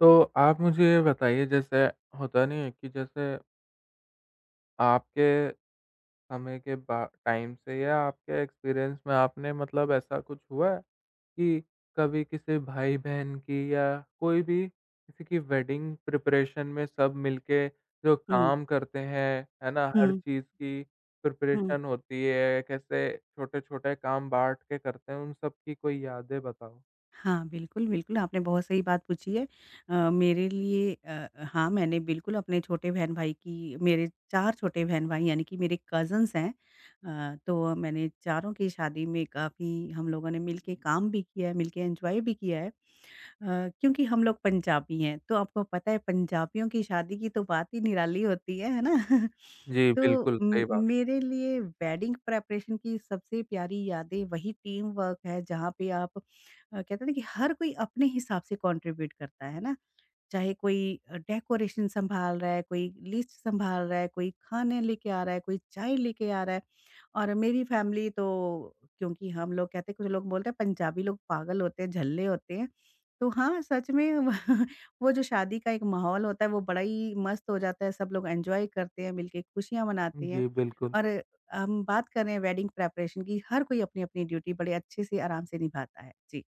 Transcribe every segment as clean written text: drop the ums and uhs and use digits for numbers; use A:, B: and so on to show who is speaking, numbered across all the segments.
A: तो आप मुझे ये बताइए जैसे होता नहीं है कि जैसे आपके समय के बा टाइम से या आपके एक्सपीरियंस में आपने मतलब ऐसा कुछ हुआ है कि कभी किसी भाई-बहन की या कोई भी किसी की वेडिंग प्रिपरेशन में सब मिलके जो
B: हुँ,
A: काम करते हैं, है ना? हर
B: हुँ,
A: चीज़ की
B: हुँ।
A: प्रिपरेशन होती है, कैसे छोटे-छोटे काम बाँट के करते हैं, उन सब की कोई यादें बताओ?
B: हाँ, बिल्कुल, बिल्कुल, आपने बहुत सही बात पूछी है। मेरे लिए हाँ, मैंने बिल्कुल अपने छोटे बहन-भाई की मेरे 4 छोटे बहन-भाई यानी कि मेरे कज़िन्स हैं। तो मैंने चारों की शादी में काफ़ी हम लोगों ने मिलके काम भी किया है, मिलके एन्जॉय भी किया है। क्योंकि हम लोग पंजाबी हैं, तो आपको पता है पंजाबियों की शादी की तो बात ही निराली होती है ना?
A: जी,
B: तो
A: बिल्कुल, सही बात।
B: मेरे लिए वेडिंग प्रेपरेशन की सबसे प्यारी यादें वही टीम वर्क है जहाँ पे आप कहते हैं ना कि हर कोई अपने हिसाब से कंट्रीब्यूट करता है ना, चाहे कोई डेकोरेशन संभाल रहा है, कोई लिस्ट संभाल रहा है, कोई खाने लेके आ रहा है, कोई चाय लेके आ रहा है। और मेरी फैमिली तो, क्योंकि हम लोग कहते हैं, कुछ लोग बोलते हैं पंजाबी लोग पागल होते हैं, झल्ले होते हैं। तो हाँ, सच में व वो जो शादी का एक माहौल होता है वो बड़ा ही मस्त हो जाता है, सब लोग एन्जॉय करते हैं, मिलके खुशियाँ मनाते हैं।
A: जी, बिल्कुल।
B: और हम बात कर रहे हैं वेडिंग प्रिपरेशन की, हर कोई अपनी-अपनी ड्यूटी बड़े अच्छे से आराम से निभाता है। जी।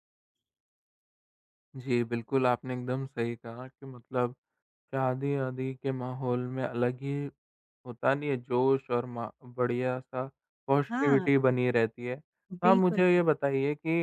A: जी, बिल्कुल, आपने एकदम सही कहा कि मतलब शादी-वादी के माहौल में अलग ही होता नहीं है जोश और मा बढ़िया-सा
B: हाँ,
A: पॉज़िटिविटी बनी रहती है। हाँ,
B: बिल्कुल,
A: मुझे ये
B: बिल
A: बताइए कि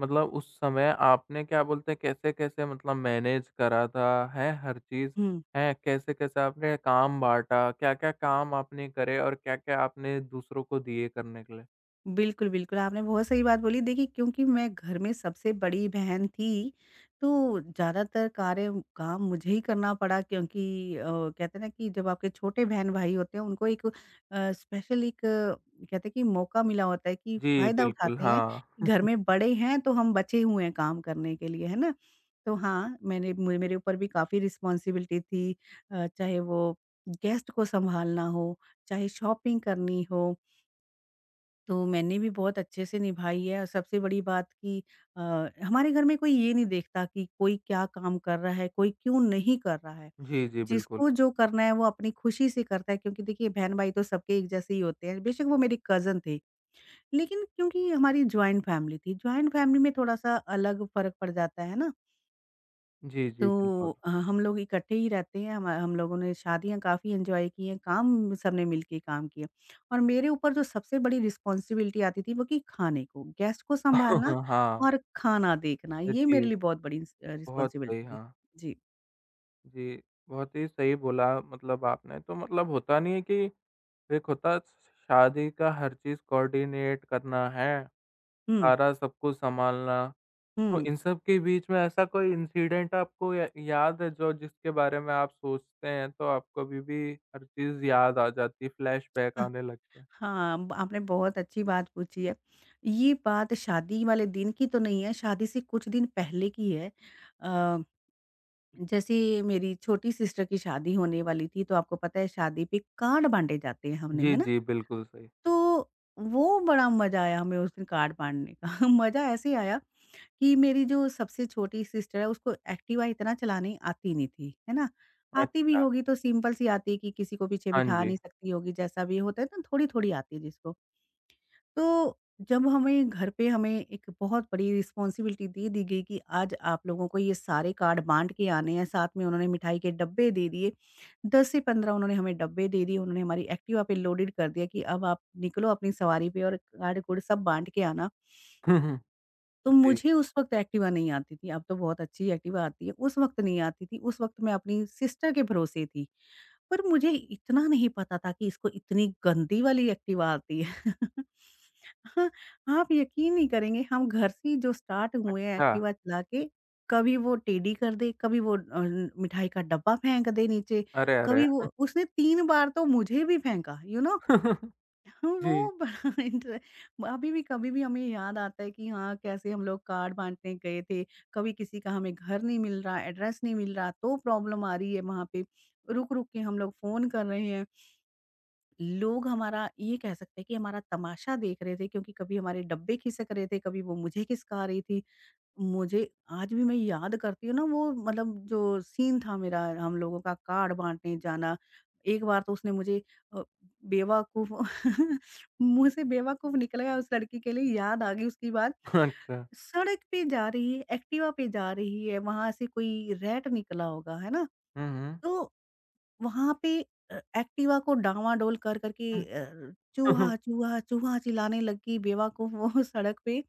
A: मतलब उस समय आपने क्या बोलते हैं कैसे-कैसे मतलब मैनेज करा था, हैं, हर चीज़?
B: हुँ।
A: हैं, कैसे-कैसे आपने काम बाँटा? क्या-क्या काम आपने करे और क्या-क्या आपने दूसरों को दिए करने के लिए?
B: बिल्कुल, बिल्कुल, आपने बहुत सही बात बोली। देखिए, क्योंकि मैं घर में सबसे बड़ी बहन थी, तो ज़्यादातर कार्य काम मुझे ही करना पड़ा क्योंकि कहते हैं ना कि जब आपके छोटे बहन-भाई होते हैं, उनको एक स्पेशल एक कहते हैं कि मौका मिला होता है कि
A: जी,
B: फ़ायदा
A: बिल्कुल,
B: उठाते हैं
A: हाँ।
B: कि घर में बड़े हैं, तो हम बचे हुए हैं काम करने के लिए, है ना? तो हाँ, मैंने म मेरे ऊपर भी काफ़ी रिस्पॉन्सिबिलिटी थी, चाहे वो गेस्ट को सँभालना हो, चाहे शॉपिंग करनी हो, तो मैंने भी बहुत अच्छे से निभाई है। और सबसे बड़ी बात कि अ, हमारे घर में कोई ये नहीं देखता कि कोई क्या काम कर रहा है, कोई क्यों नहीं कर रहा है।
A: जी, जी, बिल्कुल।
B: जिसको जो करना है वो अपनी खुशी से करता है, क्योंकि देखिए बहन-भाई तो सबके एक जैसे ही होते हैं, बेशक वो मेरी कज़न थे। लेकिन क्योंकि हमारी जॉइंट फैमिली थी, जॉइंट फैमिली में थोड़ा-सा अलग फ़र्क पड़ जाता है ना?
A: जी,
B: तो
A: जी, बिल्कुल।
B: हम लोग इकट्ठे ही रहते हैं, हम लोगों ने शादियाँ काफ़ी एन्जॉय की हैं, काम सबने मिलके काम किया। और मेरे ऊपर जो सबसे बड़ी रिस्पॉन्सिबिलिटी आती थी वो कि खाने को, गेस्ट को सँभालना
A: हाँ।
B: और खाना देखना, ये मेरे
A: जी,
B: लिए बहुत बड़ी
A: बहुत सही,
B: रिस्पॉन्सिबिलिटी थी।
A: हाँ।
B: जी।
A: जी, बहुत ही सही बोला मतलब आपने, तो मतलब होता नहीं है कि एक होता शादी का हर चीज़ कोऑर्डिनेट करना है,
B: हुँ,
A: सारा सब कुछ सँभालना, तो
B: हुँ।
A: इन सब के बीच में ऐसा कोई इंसिडेंट आपको या याद है जो जिसके बारे में आप सोचते हैं तो आपको अभी भी हर चीज़ याद आ जाती है, फ्लैशबैक
B: अह,
A: आने लगता है?
B: हाँ, ब आपने बहुत अच्छी बात पूछी है। ये बात शादी वाले दिन की तो नहीं है, शादी से कुछ दिन पहले की है। अ जैसे मेरी छोटी सिस्टर की शादी होने वाली थी, तो आपको पता है शादी पे कार्ड बाँटे जाते हैं हमने,
A: जी,
B: है ना?
A: जी, बिल्कुल सही।
B: तो वो बड़ा मज़ा आया हमें उस दिन कार्ड बाँटने का। मज़ा ऐसे आया कि मेरी जो सबसे छोटी सिस्टर है उसको एक्टिवा इतना चलानी आती नहीं थी, है ना? आती भी
A: अच्छा,
B: होगी तो सिंपल सी आती है कि किसी को पीछे
A: हाँ
B: बिठा
A: जी।
B: नहीं सकती होगी, जैसा भी होता है ना थोड़ी-थोड़ी आती है जिसको। तो जब हमें घर पे हमें एक बहुत बड़ी रिस्पॉन्सिबिलिटी दे दी गई कि आज आप लोगों को ये सारे कार्ड बांट के आने हैं, साथ में उन्होंने मिठाई के डब्बे दे दिए, 10 से 15 उन्होंने हमें डब्बे दे दिए, उन्होंने हमारी एक्टिवा पे लोडेड कर दिया कि अब आप निकलो अपनी सवारी पे और कार्ड कूड सब बांट के आना। तो
A: जी,
B: मुझे उस वक्त एक्टिवा नहीं आती थी, अब तो बहुत अच्छी एक्टिवा आती है, उस वक्त नहीं आती थी, उस वक्त मैं अपनी सिस्टर के भरोसे थी। पर मुझे इतना नहीं पता था कि इसको इतनी गंदी वाली एक्टिवा आती है। हाँ, आप यकीन नहीं करेंगे, हम घर से ही जो स्टार्ट हुए हैं
A: अच्छा,
B: एक्टिवा चला के, कभी वो टेढ़ी कर दे, कभी वो मिठाई का डब्बा फेंक दे नीचे,
A: अरे, अरे!
B: कभी वो, उसने 3 बार तो मुझे भी फेंका, यू नो। हाँ, वो
A: जी,
B: बड़ा इंटरे अभी भी कभी भी हमें याद आता है कि हाँ, कैसे हम लोग कार्ड बाँटने गए थे। कभी किसी का हमें घर नहीं मिल रहा, एड्रेस नहीं मिल रहा, तो प्रॉब्लम आ रही है वहाँ पे। रुक-रुक के हम लोग फ़ोन कर रहे हैं। लोग हमारा, ये कह सकते हैं कि हमारा तमाशा देख रहे थे, क्योंकि कभी हमारे डब्बे खिसक रहे थे, कभी वो मुझे खिसका रही थी। मुझे आज भी, मैं याद करती हूँ ना वो मतलब जो सीन था मेरा, हम लोगों का कार्ड बाँटने जाना। एक बार तो उसने मुझे अ, बेवकूफ मुँह से बेवकूफ निकल गया उस लड़की के लिए, याद आ गई उसकी बात।
A: अच्छा।
B: सड़क पे जा रही है, एक्टिवा पे जा रही है, वहाँ से कोई रैट निकला होगा, है ना?
A: हुँ, हुँ।
B: तो वहाँ पे एक्टिवा को डाँवाडोल कर-कर के
A: हुँ।
B: चूहा, चूहा, चूहा चिल्लाने लग गई बेवकूफ वो सड़क पे।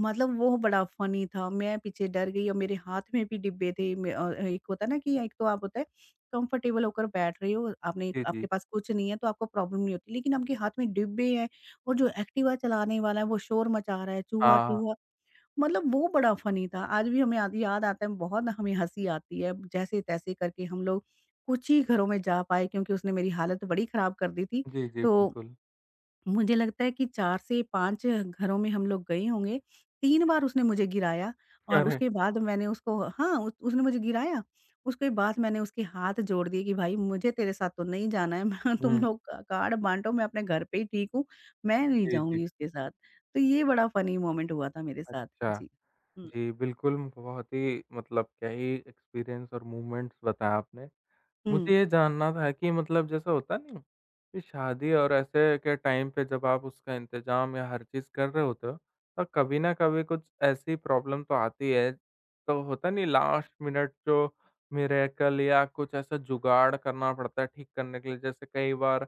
B: मतलब वो बड़ा फनी था, मैं पीछे डर गई और मेरे हाथ में भी डिब्बे थे। मैं एक होता है ना कि एक तो आप, होता है कंफर्टेबल होकर बैठ रहे हो, आपने
A: जी, जी।
B: आपके पास कुछ नहीं है, तो आपको प्रॉब्लम नहीं होती, लेकिन आपके हाथ में डिब्बे हैं और जो एक्टिवा चलाने वाला है वो शोर मचा रहा है,
A: हाँ,
B: चूहा-चूहा। मतलब वो बड़ा फनी था। आज भी हमें याद याद आता है, बहुत हमें हँसी आती है, जैसे-तैसे करके हम लोग कुछ ही घरों में जा पाए, क्योंकि उसने मेरी हालत बड़ी खराब कर दी थी।
A: जी, जी,
B: तो
A: बिल्कुल।
B: मुझे लगता है कि 4 से 5 घरों में हम लोग गए होंगे। 3 बार उसने मुझे गिराया और
A: अरे!
B: उसके बाद मैंने उसको, हाँ, उस उसने मुझे गिराया, उसके बाद मैंने उसके हाथ जोड़ दिए कि भाई मुझे तेरे साथ तो नहीं जाना है, मैं तुम
A: हुँ,
B: लोग का कार्ड बाँटो, मैं अपने घर पे ही ठीक हूँ, मैं नहीं
A: जी, जी।
B: जाऊँगी उसके साथ। तो ये बड़ा फ़नी मोमेंट हुआ था मेरे साथ।
A: अच्छा,
B: जी। हुँ,
A: जी, बिल्कुल बहुत ही मतलब क्या ही एक्सपीरियंस और मूवमेंट्स बताया आपने।
B: हुँ,
A: मुझे ये जानना था कि मतलब जैसा होता नहीं कि शादी और ऐसे के टाइम पे जब आप उसका इंतज़ाम या हर चीज़ कर रहे होते हो, तो कभी ना कभी कुछ ऐसी प्रॉब्लम तो आती है, तो होता नहीं लास्ट मिनट जो मिरेकल या कुछ ऐसा जुगाड़ करना पड़ता है ठीक करने के लिए। जैसे कई बार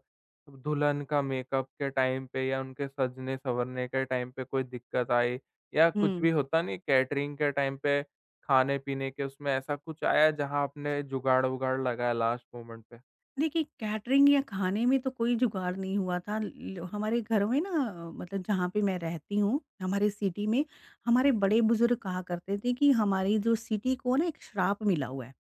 A: दुल्हन का मेकअप के टाइम पे या उनके सजने-संवरने के टाइम पे कोई दिक्कत आई या कुछ
B: हुँ।
A: भी होता नहीं कैटरिंग के टाइम पे खाने-पीने के उसमें ऐसा कुछ आया जहाँ आपने जुगाड़-वुगाड़ लगाया लास्ट मोमेंट पे?
B: देखिए, कैटरिंग या खाने में तो कोई जुगाड़ नहीं हुआ था। ल हमारे घर में ना, मतलब जहाँ पे मैं रहती हूँ, हमारे सिटी में, हमारे बड़े बुज़ुर्ग कहा करते थे कि हमारी जो सिटी को ना एक श्राप मिला हुआ है।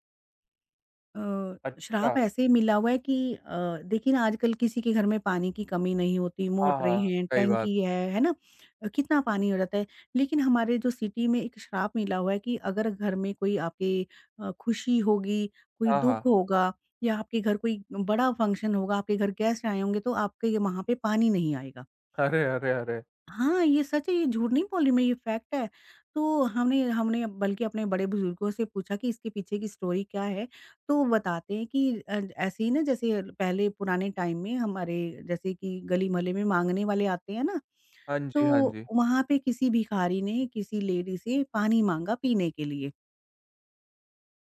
B: अ,
A: अच्छा,
B: श्राप ऐसे मिला हुआ है कि देखिए ना आजकल किसी के घर में पानी की कमी नहीं होती,
A: हाँ, हाँ,
B: मोटरें
A: हाँ,
B: हैं,
A: सही बात।
B: टैंकी है ना? कितना पानी हो जाता है। लेकिन हमारे जो सिटी में एक श्राप मिला हुआ है कि अगर घर में कोई आपके खुशी होगी, कोई
A: हाँ, हाँ।
B: दुःख होगा या आपके घर कोई बड़ा फंक्शन होगा, आपके घर गेस्ट आए होंगे, तो आपके वहाँ पे पानी नहीं आएगा।
A: अरे, अरे, अरे!
B: हाँ, ये सच है, ये झूठ नहीं बोल रही मैं, ये फैक्ट है। तो हमने हमने बल्कि अपने बड़े-बुज़ुर्गों से पूछा कि इसके पीछे की स्टोरी क्या है? तो वो बताते हैं कि ऐसे ही ना, जैसे पहले पुराने टाइम में हमारे, जैसे कि गली-मोहल्ले में माँगने वाले आते हैं ना,
A: हाँ जी, हाँ
B: तो
A: जी।
B: वहाँ पे किसी भिखारी ने किसी लेडी से पानी माँगा पीने के लिए।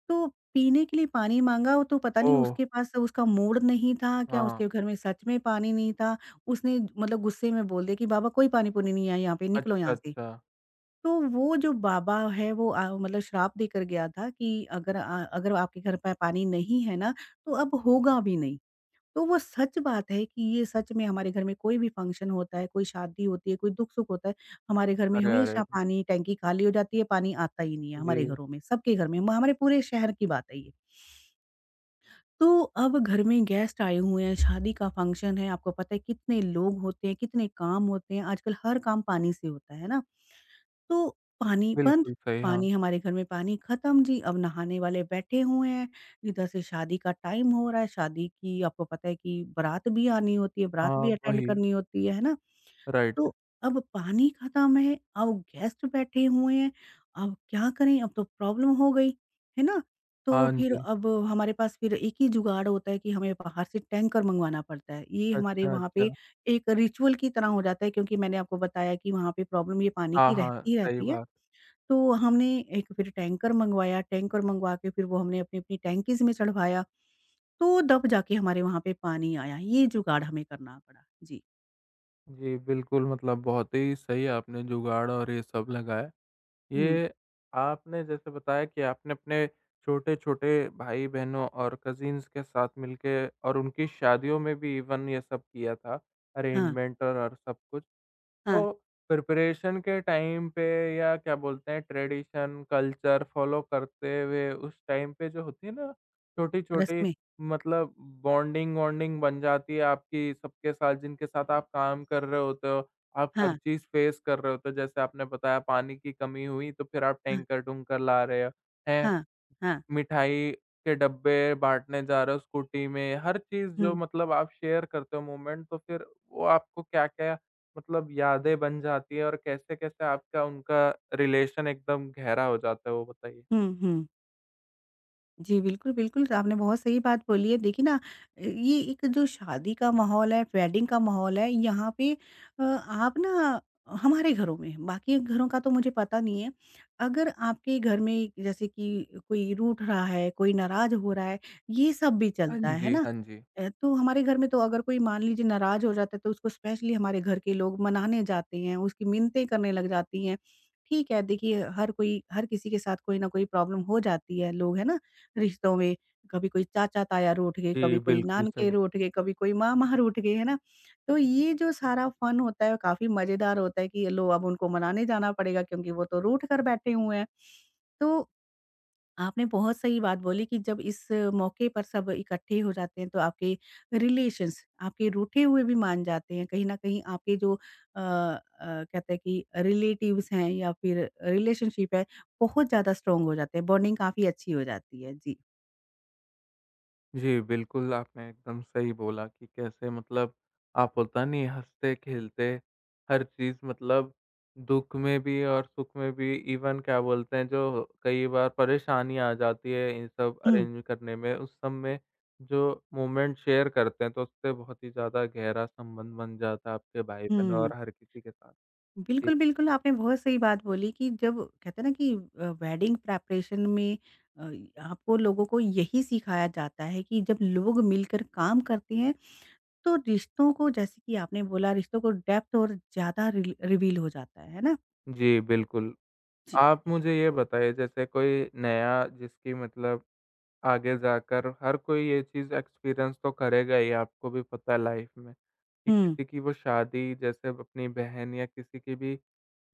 B: तो पीने के लिए पानी माँगा, वो तो पता नहीं
A: ओह!
B: उसके पास उसका मूड नहीं था, क्या
A: हाँ,
B: उसके घर में सच में पानी नहीं था। उसने मतलब गुस्से में बोल दिया कि बाबा, कोई पानी-पुनी नहीं है यहाँ पे, निकलो
A: अच्छा,
B: यहाँ से।
A: अच्छा।
B: तो वो जो बाबा है वो मतलब श्राप देकर गया था कि अगर आपके घर पे पानी नहीं है ना, तो अब होगा भी नहीं। तो वो सच बात है कि ये, सच में हमारे घर में कोई भी फंक्शन होता है, कोई शादी होती है, कोई दुख-सुख होता है, हमारे घर में
A: अरे, अरे!
B: हमेशा पानी टैंकी खाली हो जाती है, पानी आता ही नहीं है हमारे
A: जी,
B: घरों में, सबके घर में, म हमारे पूरे शहर की बात है ये। तो अब घर में गेस्ट आए हुए हैं, शादी का फंक्शन है, आपको पता है कितने लोग होते हैं, कितने काम होते हैं, आजकल हर काम पानी से होता है ना। तो पानी बंद,
A: बिल्कुल सही। हाँ,
B: पानी हमारे घर में, पानी खत्म जी, अब नहाने वाले बैठे हुए हैं, इधर से शादी का टाइम हो रहा है, शादी की आपको पता है कि बारात भी आनी होती है, बारात
A: हाँ,
B: भी अटेंड
A: वही,
B: करनी होती है ना?
A: राइट।
B: तो अब पानी खत्म है, अब गेस्ट बैठे हुए हैं, अब क्या करें? अब तो प्रॉब्लम हो गई, है ना? तो
A: हाँ
B: फिर
A: जी,
B: अब हमारे पास फिर एक ही जुगाड़ होता है कि हमें बाहर से टैंकर मँगवाना पड़ता है। ये हमारे
A: अच्छा,
B: वहाँ पे
A: अच्छा।
B: एक रिचुअल की तरह हो जाता है क्योंकि मैंने आपको बताया कि वहाँ पे प्रॉब्लम ये पानी
A: हाँ,
B: की
A: हाँ,
B: रहती ही
A: सही
B: रहती है।
A: बात।
B: तो हमने एक फिर टैंकर मँगवाया, टैंकर मँगवा के फिर वो हमने अपनी-अपनी टैंकीज़ में चढ़वाया, तो तब जाके हमारे वहाँ पे पानी आया। ये जुगाड़ हमें करना पड़ा। जी।
A: जी, बिल्कुल मतलब बहुत ही सही आपने जुगाड़ और ये सब लगाया।
B: हुँ।
A: ये आपने जैसे बताया कि आपने अपने छोटे-छोटे भाई-बहनों और कज़िन्स के साथ मिलके और उनकी शादियों में भी इवन ये सब किया था,
B: हाँ,
A: अरेंजमेंट और सब कुछ।
B: हाँ।
A: तो प्रिपरेशन के टाइम पे या क्या बोलते हैं ट्रेडिशन, कल्चर फॉलो करते हुए उस टाइम पे जो होती है ना छोटी-छोटी
B: रस्में।
A: मतलब बॉन्डिंग वॉन्डिंग बन जाती है आपकी सबके साथ जिनके साथ आप काम कर रहे होते हो। आप हर
B: हाँ,
A: चीज़ फेस कर रहे होते हो जैसे आपने बताया पानी की कमी हुई तो फिर आप
B: हाँ,
A: टैंकर-टूंकर ला रहे हो। हैं
B: हाँ, हाँ।
A: मिठाई के डब्बे बाँटने जा रहे हो स्कूटी में, हर चीज़ जो
B: हुँ,
A: मतलब आप शेयर करते हो मोमेंट तो फिर वो आपको क्या-क्या मतलब यादें बन जाती है और कैसे-कैसे आपका उनका रिलेशन एकदम गहरा हो जाता है, वो बताइए?
B: हुँ, हुँ, जी, बिल्कुल, बिल्कुल, आपने बहुत सही बात बोली है। देखिए ना, ये एक जो शादी का माहौल है, वेडिंग का माहौल है, यहाँ पे आप ना हमारे घरों में, बाकी घरों का तो मुझे पता नहीं है। अगर आपके घर में जैसे कि कोई रूठ रहा है, कोई नाराज़ हो रहा है, ये सब भी
A: हाँ
B: चलता है
A: जी,
B: ना?
A: हाँ जी।
B: तो हमारे घर में तो अगर कोई मान लीजिए नाराज़ हो जाता है, तो उसको स्पेशली हमारे घर के लोग मनाने जाते हैं, उसकी मिन्नतें करने लग जाती हैं। ठीक है, देखिए हर कोई हर किसी के साथ कोई ना कोई प्रॉब्लम हो जाती है, लोग है ना, रिश्तों में, कभी कोई चाचा-ताया रूठ गए,
A: जी,
B: कभी कोई
A: बिल्कुल
B: नानके
A: सही।
B: रूठ गए, कभी कोई मामा रूठ गए, है ना? तो ये जो सारा फन होता है काफ़ी मज़ेदार होता है कि लो अब उनको मनाने जाना पड़ेगा क्योंकि वो तो रूठ कर बैठे हुए हैं। तो आपने बहुत सही बात बोली कि जब इस मौके पर सब इकट्ठे हो जाते हैं तो आपके रिलेशंस, आपके रूठे हुए भी मान जाते हैं। कहीं न कहीं आपके जो कहते हैं कि रिलेटिव्स हैं या फिर रिलेशनशिप है, बहुत ज़्यादा स्ट्रॉन्ग हो जाते हैं, बॉन्डिंग काफ़ी अच्छी हो जाती है। जी।
A: जी, बिल्कुल, आपने एकदम सही बोला कि कैसे मतलब आप होता नहीं हँसते-खेलते हर चीज़ मतलब दुःख में भी और सुख में भी इवन क्या बोलते हैं जो कई बार परेशानी आ जाती है इन सब
B: हुँ।
A: अरेंज करने में, उस सब में जो मोमेंट शेयर करते हैं तो उससे बहुत ही ज़्यादा गहरा संबंध बन जाता है आपके भाई-बहन
B: हुँ।
A: और हर किसी के साथ। जी,
B: बिल्कुल, बिल्कुल, आपने बहुत सही बात बोली कि जब कहते हैं ना कि वेडिंग प्रेपरेशन में अ, आपको लोगों को यही सिखाया जाता है कि जब लोग मिलकर काम करते हैं, तो रिश्तों को जैसे कि आपने बोला रिश्तों को डेप्थ और ज़्यादा रिल रिवील हो जाता है ना?
A: जी, बिल्कुल।
B: जी।
A: आप मुझे ये बताइए जैसे कोई नया जिसकी मतलब आगे जाकर हर कोई ये चीज़ एक्सपीरियंस तो करेगा ही, आपको भी पता है लाइफ में, कि
B: हुँ,
A: किसी की वो शादी जैसे अपनी बहन या किसी की भी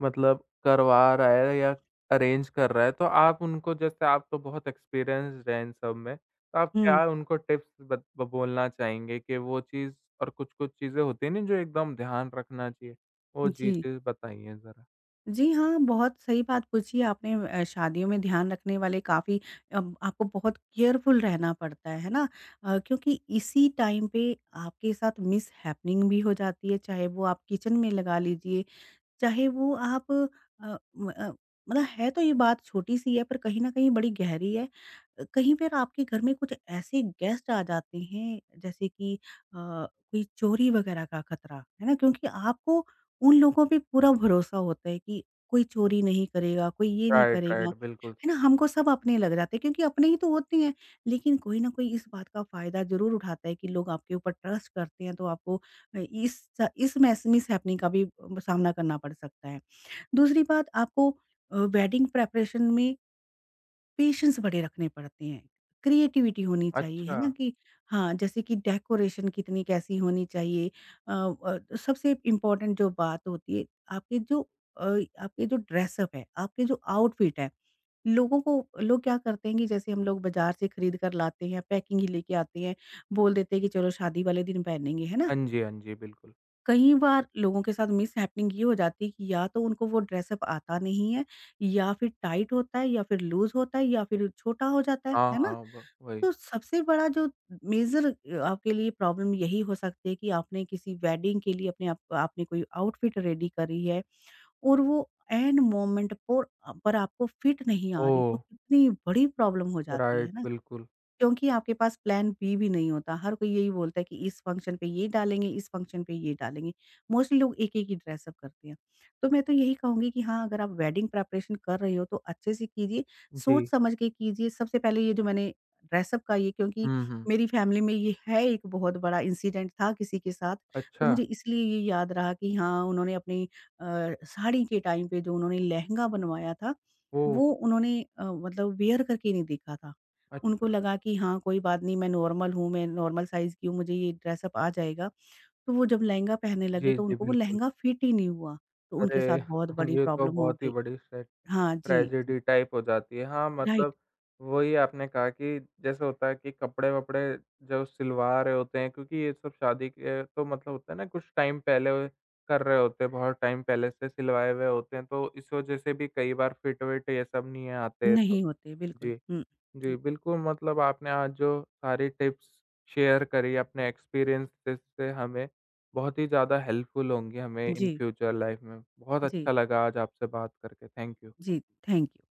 A: मतलब करवा रहा है या अरेंज कर रहा है, तो आप उनको जैसे आप तो बहुत एक्सपीरियंस्ड हैं इन सब में, तो आप
B: हुँ,
A: क्या उनको टिप्स बत ब बोलना चाहेंगे कि वो चीज़ और कुछ-कुछ चीज़ें होती हैं ना, जो एकदम ध्यान रखना चाहिए, वो
B: जी।
A: चीज़ बताइए ज़रा?
B: जी हाँ, बहुत सही बात पूछी है आपने। शादियों में ध्यान रखने वाले काफ़ी अब आपको बहुत केयरफुल रहना पड़ता है ना? क्योंकि इसी टाइम पे आपके साथ मिसहैपनिंग भी हो जाती है, चाहे वो आप किचन में लगा लीजिए, चाहे वो आप मतलब है तो ये बात छोटी-सी है पर कहीं न कहीं बड़ी गहरी है। कहीं पर आपके घर में कुछ ऐसे गेस्ट आ जाते हैं जैसे कि कोई चोरी वगैरह का खतरा, है ना? क्योंकि आपको उन लोगों पे पूरा भरोसा होता है कि कोई चोरी नहीं करेगा, कोई ये नहीं
A: राइट, राइट,
B: करेगा,
A: बिल्कुल।
B: है ना? हमको सब अपने लग जाते हैं क्योंकि अपने ही तो होते हैं। लेकिन कोई न कोई इस बात का फ़ायदा ज़रूर उठाता है कि लोग आपके ऊपर ट्रस्ट करते हैं तो आपको अ, इस स इस मैस मिस मिसहैपनिंग का भी सामना करना पड़ सकता है। दूसरी बात आपको वेडिंग प्रिपरेशन में पेशेंस बड़े रखने पड़ते हैं। क्रिएटिविटी होनी चाहिए, है
A: अच्छा।
B: ना? कि हाँ, जैसे कि डेकोरेशन कितनी कैसी होनी चाहिए, तो सबसे इम्पोर्टेंट जो बात होती है, आपके जो अ, आपके जो ड्रेसअप है, आपके जो आउटफिट है, लोगों को, लोग क्या करते हैं कि जैसे हम लोग बाज़ार से खरीद कर लाते हैं, पैकिंग ही लेके आते हैं, बोल देते हैं कि चलो शादी वाले दिन पहनेंगे, है ना?
A: हाँ जी, हाँ जी, बिल्कुल।
B: कई बार लोगों के साथ मिसहैपनिंग ये हो जाती है कि या तो उनको वो ड्रेस अप आता नहीं है, या फिर टाइट होता है, या फिर लूज़ होता है, या फिर छोटा हो जाता
A: हाँ,
B: है ना?
A: हाँ, व वही।
B: तो सबसे बड़ा जो मेजर आपके लिए प्रॉब्लम यही हो सकती है कि आपने किसी वेडिंग के लिए अपने आप आपने कोई आउटफिट रेडी करी है और वो ऐन मोमेंट पर आपको फिट नहीं आ रही,
A: ओह!
B: तो कितनी बड़ी प्रॉब्लम हो जाती
A: राइट,
B: है ना?
A: बिल्कुल।
B: क्योंकि आपके पास प्लान बी भी नहीं होता। हर कोई यही बोलता है कि इस फंक्शन पे ये डालेंगे, इस फंक्शन पे ये डालेंगे। मोस्टली लोग एक-एक ही ड्रेस अप करते हैं। तो मैं तो यही कहूँगी कि हाँ, अगर आप वेडिंग प्रिपरेशन कर रहे हो तो अच्छे से कीजिए,
A: जी।
B: सोच समझ के कीजिए। सबसे पहले ये जो मैंने ड्रेस अप का ये, क्योंकि
A: हुँ, हुँ।
B: मेरी फैमिली में ये है, एक बहुत बड़ा इंसिडेंट था किसी के साथ, तो
A: अच्छा,
B: मुझे इसलिए ये याद रहा कि हाँ, उन्होंने अपनी अ, साड़ी के टाइम पे जो उन्होंने लहंगा बनवाया था,
A: ओह!
B: वो उन्होंने मतलब वियर करके नहीं देखा था। उनको
A: अच्छा।
B: लगा कि हाँ, कोई बात नहीं, मैं नॉर्मल हूँ, मैं नॉर्मल साइज़ की हूँ, मुझे ये ड्रेसअप आ जाएगा। तो वो जब लहंगा पहनने लगे
A: जी,
B: तो
A: जी,
B: उनको वो
A: बिल्कुल।
B: लहंगा फिट ही नहीं हुआ, तो
A: अरे!
B: उनके साथ बहुत बड़ी
A: ये तो
B: प्रॉब्लम हो
A: बहुत ही
B: गई।
A: बड़ी ट्रे
B: हाँ जी, जी,
A: ट्रेजेडी टाइप हो जाती है। हाँ,
B: राइट,
A: मतलब वही आपने कहा कि जैसे होता है कि कपड़े-वपड़े जो सिलवा रहे होते हैं क्योंकि ये सब शादी के तो मतलब होता है ना कुछ टाइम पहले वो कर रहे होते हैं, बहुत टाइम पहले से सिलवाए हुए होते हैं, तो इस वजह से भी कई बार फिट-विट ये सब नहीं आते तो
B: नहीं होते बिल्कुल।
A: जी।
B: हुँ,
A: जी,
B: हुँ,
A: बिल्कुल मतलब आपने आज जो सारी टिप्स शेयर करी अपने एक्सपीरियंसेस से हमें, बहुत ही ज़्यादा हेल्पफुल होंगी हमें इन
B: जी,
A: फ्यूचर लाइफ में। बहुत
B: जी,
A: अच्छा लगा आज आपसे बात करके। Thank you.
B: जी, थैंक यू।